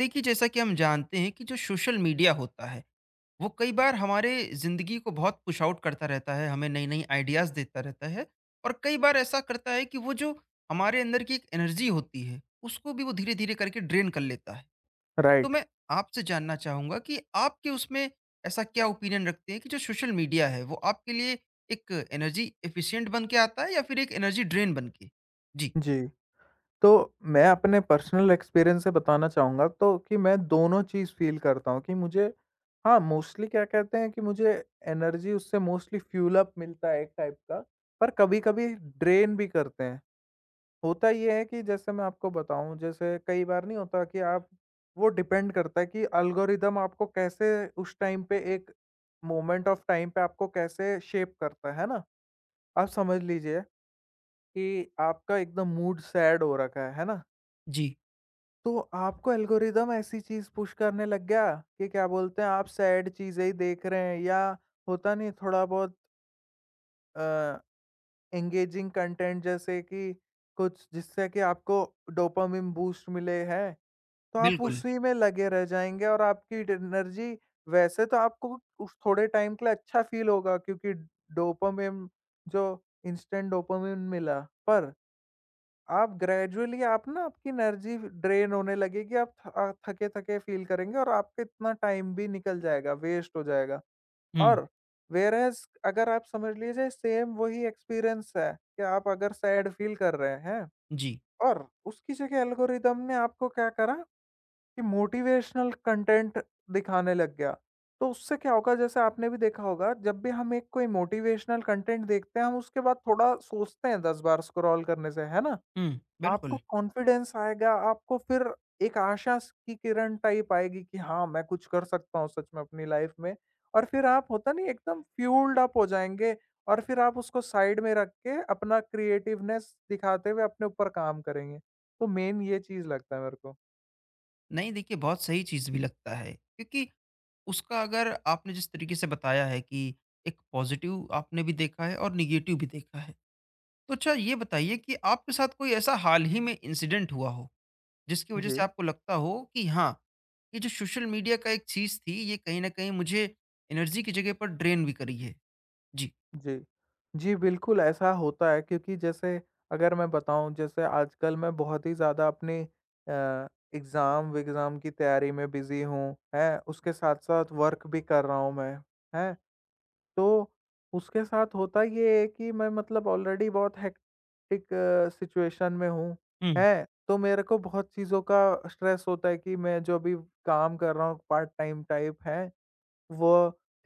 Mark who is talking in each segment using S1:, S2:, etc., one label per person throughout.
S1: देखिए जैसा कि हम जानते हैं कि जो सोशल मीडिया होता है वो कई बार हमारे ज़िंदगी को बहुत पुश आउट करता रहता है हमें नई नई आइडियाज़ देता रहता है और कई बार ऐसा करता है कि वो जो हमारे अंदर की एक एनर्जी होती है उसको भी वो धीरे धीरे करके ड्रेन कर लेता है। तो
S2: राइट,
S1: मैं आपसे जानना चाहूँगा कि आपके उसमें ऐसा क्या ओपिनियन रखते हैं कि जो सोशल मीडिया है वो आपके लिए एक एनर्जी एफिशिएंट बन के आता है या फिर एक एनर्जी ड्रेन बन के। जी।
S2: जी। तो मैं अपने पर्सनल एक्सपीरियंस से बताना चाहूँगा तो कि मैं दोनों चीज़ फ़ील करता हूँ कि मुझे हाँ, मोस्टली क्या कहते हैं कि मुझे एनर्जी उससे मोस्टली फ्यूल अप मिलता है एक टाइप का, पर कभी-कभी ड्रेन भी करते हैं। होता ये है कि जैसे मैं आपको बताऊँ, जैसे कई बार नहीं होता कि आप वो डिपेंड करता है कि एल्गोरिदम आपको कैसे उस टाइम पे एक मोमेंट ऑफ टाइम पे आपको कैसे शेप करता है ना? आप समझ लीजिए कि आपका एकदम मूड सैड हो रखा है ना?
S1: जी।
S2: तो आपको एल्गोरिदम ऐसी चीज़ पुश करने लग गया कि क्या बोलते हैं आप सैड चीज़ें ही देख रहे हैं, या होता नहीं थोड़ा बहुत अ, एंगेजिंग कंटेंट जैसे कि कुछ जिससे कि आपको डोपामाइन बूस्ट मिले, हैं? तो आप
S1: बिल्कुल।
S2: उसी में लगे रह जाएँगे और आपकी ड एनर्जी, वैसे तो आपको उस थोड़े टाइम के लिए अच्छा फ़ील होगा क्योंकि डोपामाइन जो इंस्टेंट डोपामाइन मिला, पर आप ग्रेजुअली आप ना आपकी एनर्जी ड्रेन होने लगेगी, आप थके-थके फील करेंगे और आपका इतना टाइम भी निकल जाएगा, वेस्ट हो जाएगा।
S1: हम्म।
S2: और व्हेयर एज़, अगर आप समझ लीजिए सेम वही एक्सपीरियंस है कि आप अगर सैड फील कर रहे हैं
S1: जी।
S2: और उसकी जगह एल्गोरिदम ने आपको क्या करा कि मोटिवेशनल कंटेंट दिखाने लग गया। तो उससे क्या होगा जैसे आपने भी देखा होगा, जब भी हम एक कोई मोटिवेशनल कंटेंट देखते हैं, हम उसके बाद थोड़ा सोचते हैं 10 बार स्क्रॉल करने से, है ना?
S1: हम्म,
S2: आपको
S1: बिल्कुल।
S2: कॉन्फिडेंस आएगा, आपको फिर एक आशा स की किरण टाइप आएगी कि हाँ, मैं कुछ कर सकता हूँ सच में अपनी लाइफ़ में। और फिर आप होता नहीं एकदम फ्यूल्ड अप हो जाएँगे और फिर आप उसको साइड में रख के अपना क्रिएटिवनेस दिखाते हुए अपने ऊपर काम करेंगे। तो मेन ये चीज़ लगता है मेरे को।
S1: नहीं देखिए बहुत सही चीज़ भी लगता है क्योंकि उसका अगर आपने जिस तरीके से बताया है कि एक पॉजिटिव आपने भी देखा है और निगेटिव भी देखा है। तो अच्छा ये बताइए कि आपके साथ कोई ऐसा हाल ही में इंसिडेंट हुआ हो, जिसकी वज़ह से
S2: जी।
S1: आपको लगता हो कि हाँ, ये जो सोशल मीडिया का एक चीज़ थी ये कहीं न कहीं मुझे एनर्जी की जगह पर ड्रेन भी करी है? जी।
S2: जी। जी, बिल्कुल ऐसा होता है क्योंकि जैसे अगर मैं बताऊँ, जैसे आजकल मैं बहुत ही ज़्यादा अपने अ, एग्ज़ाम-विग्ज़ाम की तैयारी में बिज़ी हूँ, हैं? उसके साथ-साथ वर्क भी कर रहा हूँ मैं, हैं? तो उसके साथ होता ये है कि मैं मतलब ऑलरेडी बहुत हेक्टिक सिचुएशन में हूँ,
S1: हुँ।
S2: हैं? तो मेरे को बहुत चीज़ों का स्ट्रेस होता है कि मैं जो अभी काम कर रहा हूँ पार्ट टाइम टाइप हैं, वो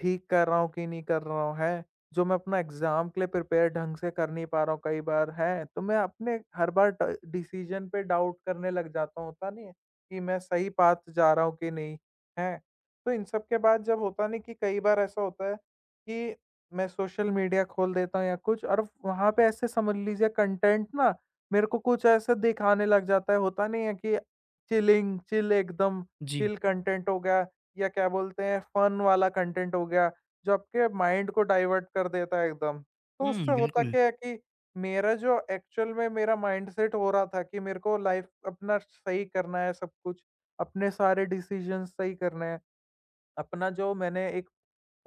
S2: ठीक कर रहा हूँ कि नहीं कर रहा हूँ, है? जो मैं अपना एग्ज़ाम के लिए प्रिपेयर ढंग से कर नहीं पा रहा हूँ कई बार, है? तो मैं अपने हर बार ड डिसीज़न पे डाउट करने लग जाता हूँ, होता नहीं है? कि मैं सही पाथ जा रहा हूँ कि नहीं, है? तो इन सब के बाद जब होता नहीं कि कई बार ऐसा होता है कि मैं सोशल मीडिया खोल देता हूँ या कुछ, और वहाँ पे ऐसे समझ लीजिए कंटेंट ना मेरे को कुछ ऐसा दिखाने लग जाता है, होता नहीं है कि चिल, एकदम
S1: जी।
S2: चिल कंटेंट हो गया या क्या बोलते हैं फन वाला कंटेंट हो गया, जो आपके माइंड को डाइवर्ट कर देता है एकदम। तो
S1: हुँ,
S2: उससे होता
S1: बिल्कुल।
S2: क्या है कि मेरा जो एक्चुअल में मेरा माइंडसेट हो रहा था कि मेरे को लाइफ अपना सही करना है, सब कुछ, अपने सारे डिसीजन सही करने हैं, अपना जो मैंने एक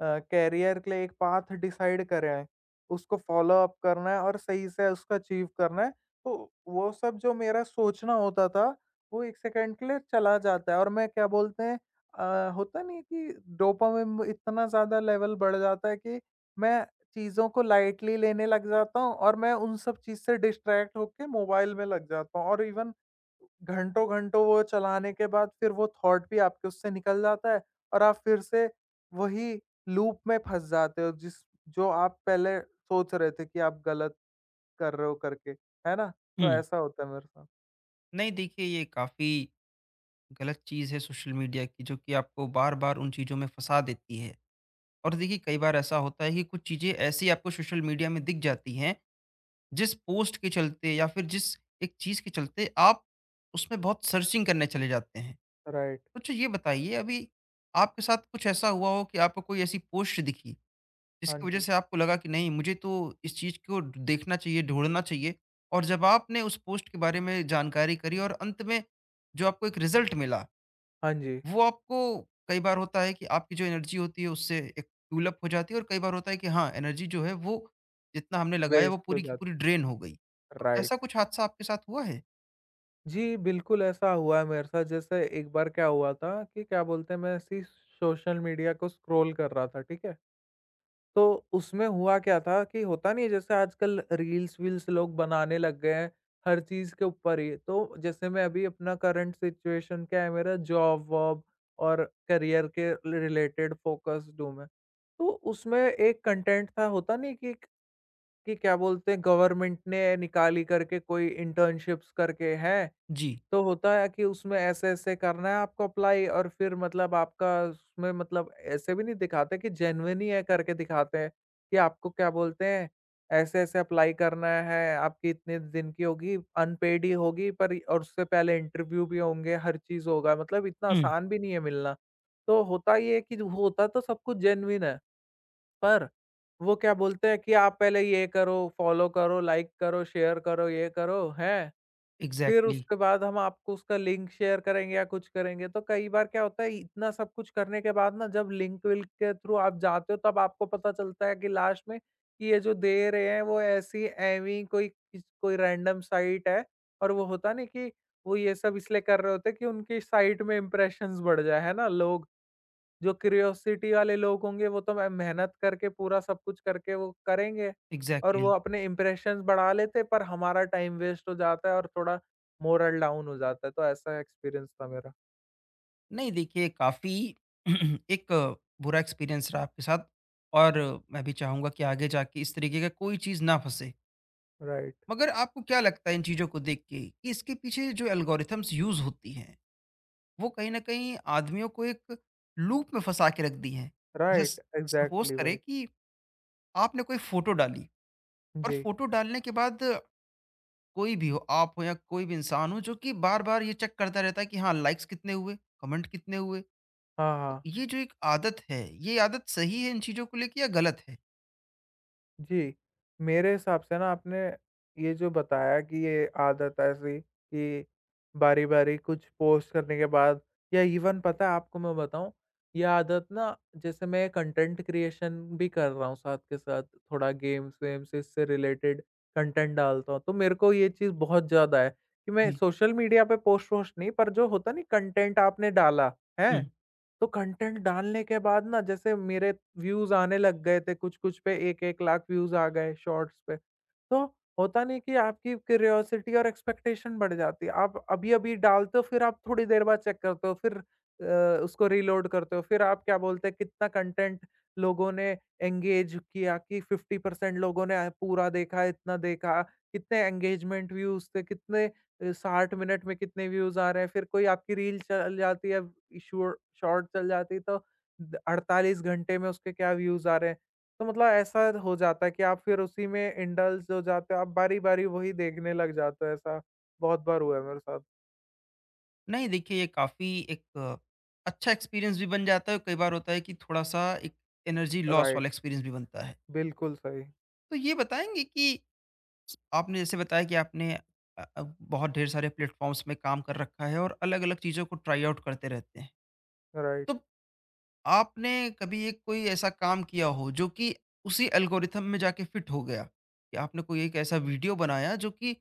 S2: कैरियर के लिए एक पाथ डिसाइड करें हैं, उसको फॉलो अप करना है और सही से उसको अचीव करना है। तो वो सब जो मेरा सोचना होता था, वो 1 सेकंड के लिए चला जाता है और मैं क्या बोलते हैं होता नहीं है कि डोपामिन इतना ज़्यादा लेवल बढ़ जाता है कि मैं चीज़ों को लाइटली लेने लग जाता हूँ और मैं उन सब चीज़ से डिस्ट्रैक्ट होके मोबाइल में लग जाता हूँ, और इवन घंटों-घंटों वो चलाने के बाद फिर वो थॉट भी आपके उससे निकल जाता है और आप फिर से वही लूप में फँस जाते हो जिस जो आप पहले सोच रहे थे कि आप गलत कर रहे हो करके, है ना? तो
S1: हुँ।
S2: ऐसा होता है मेरे साथ।
S1: नहीं देखिए ये काफ़ी गलत चीज़ है सोशल मीडिया की जो कि आपको बार-बार उन चीज़ों में फँसा देती है। और देखिए कई बार ऐसा होता है कि कुछ चीज़ें ऐसी आपको सोशल मीडिया में दिख जाती हैं जिस पोस्ट के चलते या फिर जिस एक चीज़ के चलते आप उसमें बहुत सर्चिंग करने चले जाते हैं।
S2: राइट,
S1: तो अच्छा ये बताइए अभी आपके साथ कुछ ऐसा हुआ हो कि आपको कोई ऐसी पोस्ट दिखी
S2: हाँ
S1: जिसकी वज़ह
S2: जी।
S1: से आपको लगा कि नहीं मुझे तो इस चीज़ को देखना चाहिए, ढूँढना चाहिए और जब आपने उस पोस्ट के बारे में जानकारी करी और अंत में जो आपको एक रिज़ल्ट मिला
S2: हाँ जी,
S1: वो आपको कई बार होता है कि आपकी जो एनर्जी होती है उससे एक ट्यूलअप हो जाती है और कई बार होता है कि हाँ एनर्जी जो है वो जितना हमने लगाया वो
S2: वेस्ट हो
S1: पूरी की
S2: जाती,
S1: पूरी ड्रेन हो गई। तो ऐसा
S2: राइट।
S1: कुछ हादसा आपके साथ हुआ है?
S2: जी, बिल्कुल ऐसा हुआ है मेरे साथ, जैसे एक बार क्या हुआ था कि क्या बोलते हैं मैं ऐसे ही सोशल मीडिया को स्क्रॉल कर रहा था, ठीक है? तो उसमें हुआ क्या था कि होता नहीं है जैसे आजकल रील्स-वील्स लोग बनाने लग गए हैं, हर चीज़ के ऊपर ही। तो जैसे मैं अभी अपना करंट सिचुएशन क्या है, मेरा जॉब-वॉब और करियर के रिलेटेड फ़ोकस्ड हूँ मैं। तो उसमें एक कंटेंट था, होता नहीं कि क्या बोलते हैं गवर्नमेंट ने निकाली करके कोई इंटर्नशिप्स करके हैं।
S1: जी।
S2: तो होता है कि उसमें ऐसे-ऐसे करना है आपको अप्लाई, और फिर मतलब आपका उसमें, मतलब ऐसे भी नहीं दिखाते कि जेन्युइन ही है करके दिखाते हैं, कि आपको क्या बोलते हैं, ऐसे-ऐसे अप्लाई करना है, आपकी इतने दिन की होगी, अनपेड ही होगी पर, और उससे पहले इंटरव्यू भी होंगे, हर चीज़ होगा, मतलब इतना
S1: हुँ।
S2: आसान भी नहीं है मिलना। तो होता ये है कि जो होता तो सब कुछ जेन्युइन है, पर वो क्या बोलते हैं कि आप पहले ये करो, फॉलो करो, लाइक करो, शेयर करो, ये करो, हैं? फिर
S1: एग्ज़ैक्टली,
S2: उसके बाद हम आपको उसका लिंक शेयर करेंगे या कुछ करेंगे। तो कई बार क्या होता है इतना सब कुछ करने के बाद ना, जब लिंक विल्क के थ्रू आप जाते हो तब आपको पता चलता है कि लास्ट में कि ये जो दे रहे हैं वो ऐसी ऐवी कोई किस कोई रैंडम साइट है। और वो होता नहीं कि वो ये सब इसलिए कर रहे होते हैं कि उनकी साइट में इंप्रेशंस बढ़ जाए, है ना? लोग जो क्यूरियोसिटी वाले लोग होंगे, वो तो मैं मेहनत करके पूरा सब कुछ करके वो करेंगे, और वो
S1: एग्ज़ैक्टली।
S2: अपने इम्प्रेशंस बढ़ा लेते, पर हमारा टाइम वेस्ट हो जाता है और थोड़ा मोरल डाउन हो जाता है। तो ऐसा एक्सपीरियंस था मेरा।
S1: नहीं देखिए काफ़ी एक बुरा एक्सपीरियंस रहा आपके साथ और मैं भी चाहूँगा कि आगे जाके इस तरीके का कोई चीज़ ना फँसे।
S2: राइट,
S1: मगर आपको क्या लगता है इन चीज़ों को देख के कि इसके पीछे जो एल्गोरिथम्स यूज़ होती हैं वो कहीं न कहीं आदमियों को एक लूप में फँसा के रख दी हैं। जैसे
S2: राइट,
S1: सपोज़
S2: एग्ज़ैक्टली
S1: करें
S2: वही।
S1: कि आपने कोई फ़ोटो डाली और
S2: जी।
S1: फ़ोटो डालने के बाद कोई भी हो, आप हो या कोई भी इंसान हो जो कि बार-बार ये चेक करता रहता है कि हाँ, लाइक्स कितने हुए, कमेंट कितने हुए।
S2: हाँ,
S1: तो
S2: हाँ।
S1: ये जो एक आदत है, ये आदत सही है इन चीज़ों को लेके या गलत है?
S2: जी, मेरे हिसाब से ना, आपने ये जो बताया कि ये आदत ऐसी कि बारी-बारी कुछ पोस्ट करने के बाद, या इवन पता है आपको मैं बताऊँ, ये आदत ना जैसे मैं कंटेंट क्रिएशन भी कर रहा हूँ साथ के साथ, थोड़ा गेम्स-वेम्स इससे रिलेटेड कंटेंट डालता हूँ, तो मेरे को ये चीज़ बहुत ज़्यादा है कि मैं
S1: जी।
S2: सोशल मीडिया पे पोस्ट-वोस्ट नहीं, पर जो होता नहीं कंटेंट आपने डाला,
S1: हुँ।
S2: हैं? तो कंटेंट डालने के बाद ना, जैसे मेरे व्यूज़ आने लग गए थे, कुछ-कुछ पे 1-1 लाख व्यूज़ आ गए शॉर्ट्स पे। तो होता नहीं कि आपकी क्यूरियोसिटी और एक्सपेक्टेशन बढ़ जाती है। आप अभी-अभी डालते हो, फिर आप थोड़ी देर बाद चेक करते हो, फिर उसको रीलोड करते हो, फिर आप क्या बोलते हैं कितना कंटेंट लोगों ने एंगेज किया, कि 50% लोगों ने पूरा देखा, इतना देखा, कितने एंगेजमेंट व्यूज़ थे, कितने 60 मिनट में कितने व्यूज़ आ रहे हैं, फिर कोई आपकी रील चल जाती है, शॉर्ट शॉर्ट चल जाती, तो 48 घंटे में उसके क्या व्यूज आ रहे हैं। तो मतलब ऐसा हो जाता है कि आप फिर उसी में इंडल्ज हो जाते हो, आप बारी बारी वही देखने लग जाते हो। ऐसा बहुत बार हुआ है मेरे साथ।
S1: नहीं देखिए, ये काफ़ी एक अच्छा एक्सपीरियंस भी बन जाता है और कई बार होता है कि थोड़ा-सा एक एनर्जी लॉस
S2: राइट।
S1: वाला एक्सपीरियंस भी बनता है।
S2: बिल्कुल सही।
S1: तो ये बताएँगे कि आपने जैसे बताया कि आपने बहुत ढेर सारे प्लेटफ़ॉर्म्स में काम कर रखा है और अलग-अलग चीज़ों को ट्राई आउट करते रहते हैं। तो
S2: राइट।
S1: आपने कभी एक कोई ऐसा काम किया हो जो कि उसी एल्गोरिथम में जाके फिट हो गया? कि आपने कोई एक ऐसा वीडियो बनाया जो कि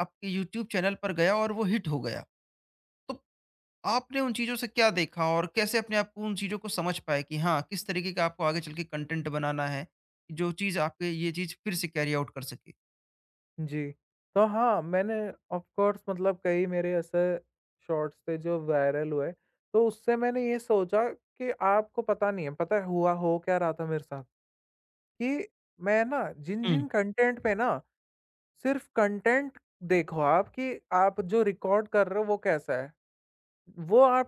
S1: आपके यूट्यूब चैनल पर गया और वो हिट हो गया। तो आपने उन चीज़ों से क्या देखा और कैसे अपने आप को उन चीज़ों को समझ पाए कि हाँ, किस तरीके का आपको आगे चल के कंटेंट बनाना है, जो चीज़ आपके ये चीज़ फिर से कैरी आउट कर सके?
S2: जी। तो हाँ, मैंने ऑफ कोर्स, मतलब कई मेरे ऐसे शॉर्ट्स थे जो वायरल हुए। तो उससे मैंने ये सोचा कि आपको पता नहीं है, पता है हुआ हो क्या रहा था मेरे साथ, कि मैं ना जिन
S1: हुँ।
S2: जिन कंटेंट पे ना, सिर्फ़ कंटेंट देखो आप कि आप जो रिकॉर्ड कर रहे हो वो कैसा है, वो आप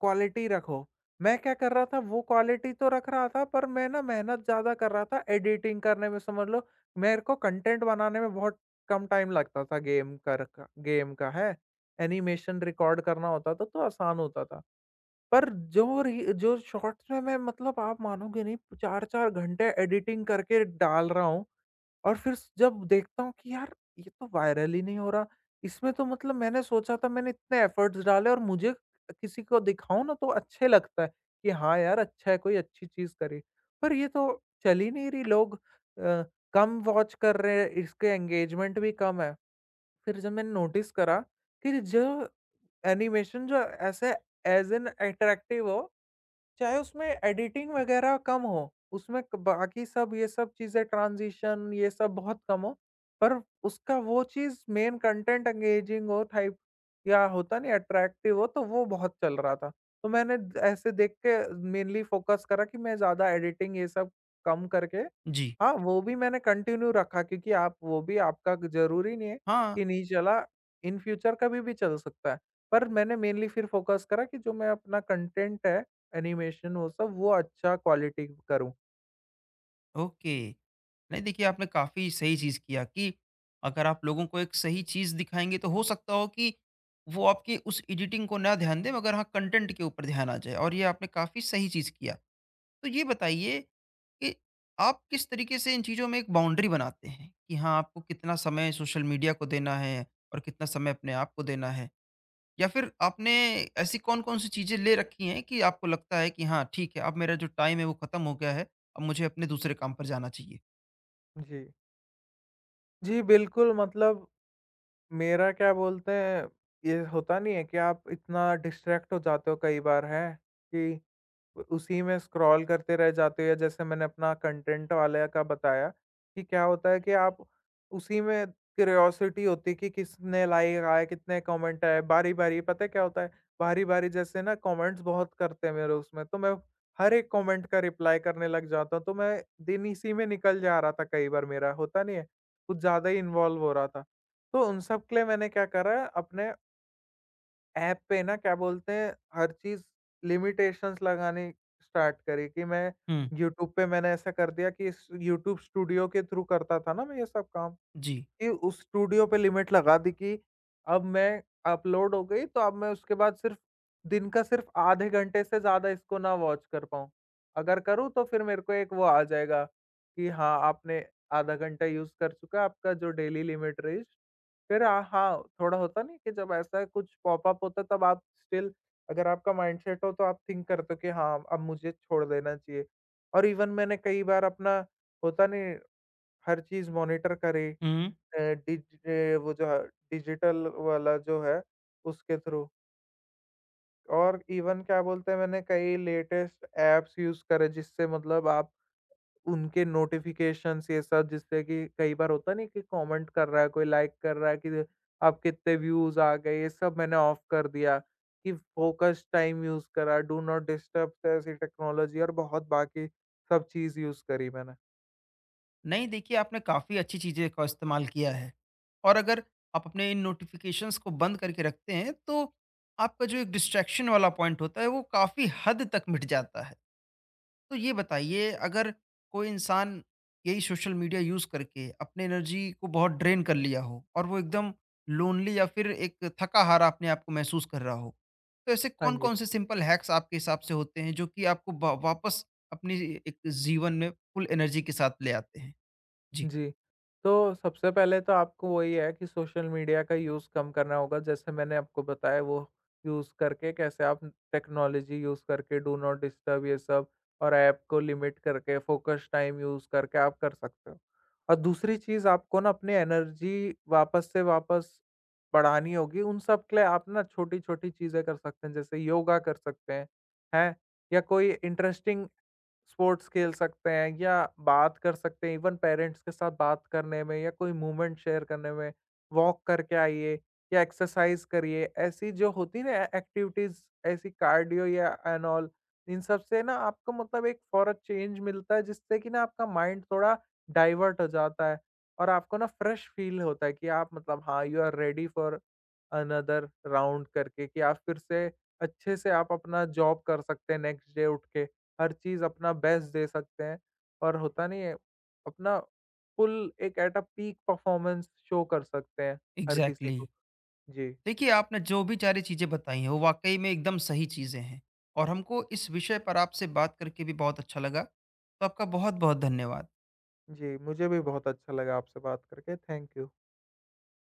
S2: क्वालिटी रखो। मैं क्या कर रहा था, वो क्वालिटी तो रख रहा था, पर मैं ना मेहनत ज़्यादा कर रहा था एडिटिंग करने में, समझ लो। मेरे को कंटेंट बनाने में बहुत कम टाइम लगता था, गेम का है। एनिमेशन रिकॉर्ड करना होता था तो आसान होता था। पर जो री जो शॉर्ट्स में मैं, मतलब आप मानोगे नहीं, 4-4 घंटे एडिटिंग करके डाल रहा हूँ। और फिर स जब देखता हूँ कि यार ये तो वायरल ही नहीं हो रहा, इसमें तो मतलब मैंने सोचा था मैंने इतने एफर्ट्स डाले, और मुझे किसी को दिखाऊँ ना तो अच्छे लगता है कि हाँ यार अच्छा है कोई अच्छी चीज़ करे। पर ये तो चल ही नहीं रही, लोग अ, कम वॉच कर रहे हैं, इसके एंगेजमेंट भी कम है। फिर जब मैंने नोटिस करा कि जो एनिमेशन, जो ऐसे एज़ एन अट्रैक्टिव हो, चाहे उसमें एडिटिंग वगैरह कम हो, उसमें क बाकी सब ये सब चीज़ें ट्रांज़िशन ये सब बहुत कम हो, पर उसका वो चीज़ मेन कंटेंट एंगेजिंग हो टाइप, या होता नहीं अट्रैक्टिव हो, तो वो बहुत चल रहा था। तो मैंने द ऐसे देख के मेनली फ़ोकस करा कि मैं ज़्यादा एडिटिंग ये सब कम करके,
S1: जी।
S2: हाँ, वो भी मैंने कंटिन्यू रखा क्योंकि आप वो भी आपका ज़रूरी नहीं है
S1: हाँ,
S2: कि नहीं चला, इन फ्यूचर कभी भी चल सकता है। पर मैंने मेनली फिर फ़ोकस करा कि जो मैं अपना कंटेंट है, एनिमेशन वो सब, वो अच्छा क्वालिटी करूँ।
S1: ओके। नहीं देखिए आपने काफ़ी सही चीज़ किया कि अगर आप लोगों को एक सही चीज़ दिखाएँगे तो हो सकता हो कि वो आपकी उस एडिटिंग को ना ध्यान दें मगर हाँ कंटेंट के ऊपर ध्यान आ जाए और ये आपने काफ़ी सही चीज़ किया। तो ये बताइए कि आप किस तरीके से इन चीज़ों में एक बाउंड्री बनाते हैं कि हाँ आपको कितना समय सोशल मीडिया को देना है और कितना समय अपने आप को देना है? या फिर आपने ऐसी कौन-कौन सी चीज़ें ले रखी हैं कि आपको लगता है कि हाँ ठीक है अब मेरा जो टाइम है वो ख़त्म हो गया है, अब मुझे अपने दूसरे काम पर जाना चाहिए?
S2: जी। जी, बिल्कुल, मतलब मेरा क्या बोलते हैं, ये होता नहीं है कि आप इतना डिस्ट्रैक्ट हो जाते हो कई बार हैं, कि उसी में स्क्रॉल करते रह जाते हो। या जैसे मैंने अपना कंटेंट वाले का बताया कि क्या होता है कि आप उसी में क्यूरियोसिटी होती है कि किसने लाइक आया, कितने कमेंट आए, बारी बारी पता है क्या होता है? बारी बारी जैसे ना कमेंट्स बहुत करते हैं मेरे उसमें, तो मैं हर एक कमेंट का रिप्लाई करने लग जाता हूँ। तो मैं दिन इसी में निकल जा रहा था कई बार, मेरा होता नहीं है, कुछ ज़्यादा ही इन्वॉल्व हो रहा था। तो उन सब के लिए मैंने क्या करा, अपने ऐप पे ना क्या बोलते हैं, हर चीज़ लिमिटेशंस लगानी स्टार्ट करी। कि मैं
S1: हुँ।
S2: यूट्यूब पे मैंने ऐसा कर दिया कि इस यूट्यूब स्टूडियो के थ्रू करता था ना मैं ये सब काम।
S1: जी।
S2: कि उस स्टूडियो पे लिमिट लगा दी कि अब मैं अपलोड हो गई तो अब मैं उसके बाद सिर्फ दिन का सिर्फ आधे घंटे से ज़्यादा इसको ना वॉच कर पाऊँ। अगर करूँ तो फिर मेरे को एक वो आ जाएगा कि हाँ, आपने आधा घंटा यूज़ कर चुका है, आपका जो डेली लिमिट रही। फिर हाँ, थोड़ा होता नहीं कि जब ऐसा कुछ पॉपअप होता है तब आप स्टिल अगर आपका माइंडसेट हो तो आप थिंक करते हो कि हाँ, अब मुझे छोड़ देना चाहिए। और इवन मैंने कई बार अपना होता नहीं, हर चीज़ मॉनिटर करे
S1: हुँ।
S2: डिज ए, वो जो है डिजिटल वाला जो है उसके थ्रू। और इवन क्या बोलते हैं, मैंने कई लेटेस्ट ऐप्स यूज़ करे, जिससे मतलब आप उनके नोटिफिकेशंस ये सब, जिससे कि कई बार होता नहीं कि कमेंट कर रहा है कोई, लाइक कर रहा है कि आप, कितने व्यूज़ आ गए, ये सब मैंने ऑफ कर दिया। कि फोकस टाइम यूज़ करा, डू नॉट डिस्टर्ब, ऐसी टेक्नोलॉजी और बहुत बाकी सब चीज़ यूज़ करी मैंने।
S1: नहीं देखिए, आपने काफ़ी अच्छी चीज़ें का इस्तेमाल किया है। और अगर आप अपने इन नोटिफ़िकेशंस को बंद करके रखते हैं, तो आपका जो एक डिस्ट्रैक्शन वाला पॉइंट होता है, वो काफ़ी हद तक मिट जाता है। तो ये बताइए अगर कोई इंसान यही सोशल मीडिया यूज़ करके अपने एनर्जी को बहुत ड्रेन कर लिया हो और वो एकदम लोनली या फिर एक थका-हारा अपने आप को महसूस कर रहा हो, तो ऐसे
S2: हाँ जी।
S1: कौन-कौन से सिंपल हैक्स आपके हिसाब से होते हैं, जो कि आपको वा वापस अपनी एक जीवन में फुल एनर्जी के साथ ले आते हैं? जी,
S2: जी। तो सबसे पहले तो आपको वही है कि सोशल मीडिया का यूज़ कम करना होगा, जैसे मैंने आपको बताया, वो यूज़ करके कैसे आप टेक्नोलॉजी यूज़ करके डू नॉट डिस्टर्ब ये सब और ऐप को लिमिट करके फ़ोकस टाइम यूज़ करके आप कर सकते हो। और दूसरी चीज़, आपको ना अपनी एनर्जी वापस से वापस बढ़ानी होगी। उन सब के लिए आप ना छोटी-छोटी चीज़ें कर सकते हैं, जैसे योगा कर सकते हैं, हैं? या कोई इंटरेस्टिंग स्पोर्ट्स खेल सकते हैं या बात कर सकते हैं इवन पेरेंट्स के साथ, बात करने में या कोई मूवमेंट शेयर करने में, वॉक करके आइए या एक्सरसाइज करिए, ऐसी जो होती है ना एक्टिविटीज, ऐसी कार्डियो या एंड ऑल। इन सब से ना आपको मतलब एक फॉर अ चेंज मिलता है, जिससे कि ना आपका माइंड थोड़ा डाइवर्ट हो जाता है और आपको ना फ्रेश फील होता है कि आप मतलब हाँ, you are ready for another round करके कि आप फिर से अच्छे से आप अपना जॉब कर सकते हैं नेक्स्ट डे उठ के। हर चीज़ अपना बेस्ट दे सकते हैं और होता नहीं है, अपना फुल एक at a peak performance show कर सकते हैं हर किसी
S1: एग्ज़ैक्टली।
S2: को। जी,
S1: देखिए, आपने जो भी सारी चीज़ें बताई हैं, वो वाक़ई में एकदम सही चीज़ें हैं और हमको इस विषय पर आपसे बात करके भी बहुत अच्छा लगा। तो आपका बहुत-बहुत धन्यवाद।
S2: जी, मुझे भी बहुत अच्छा लगा आपसे बात करके। Thank you.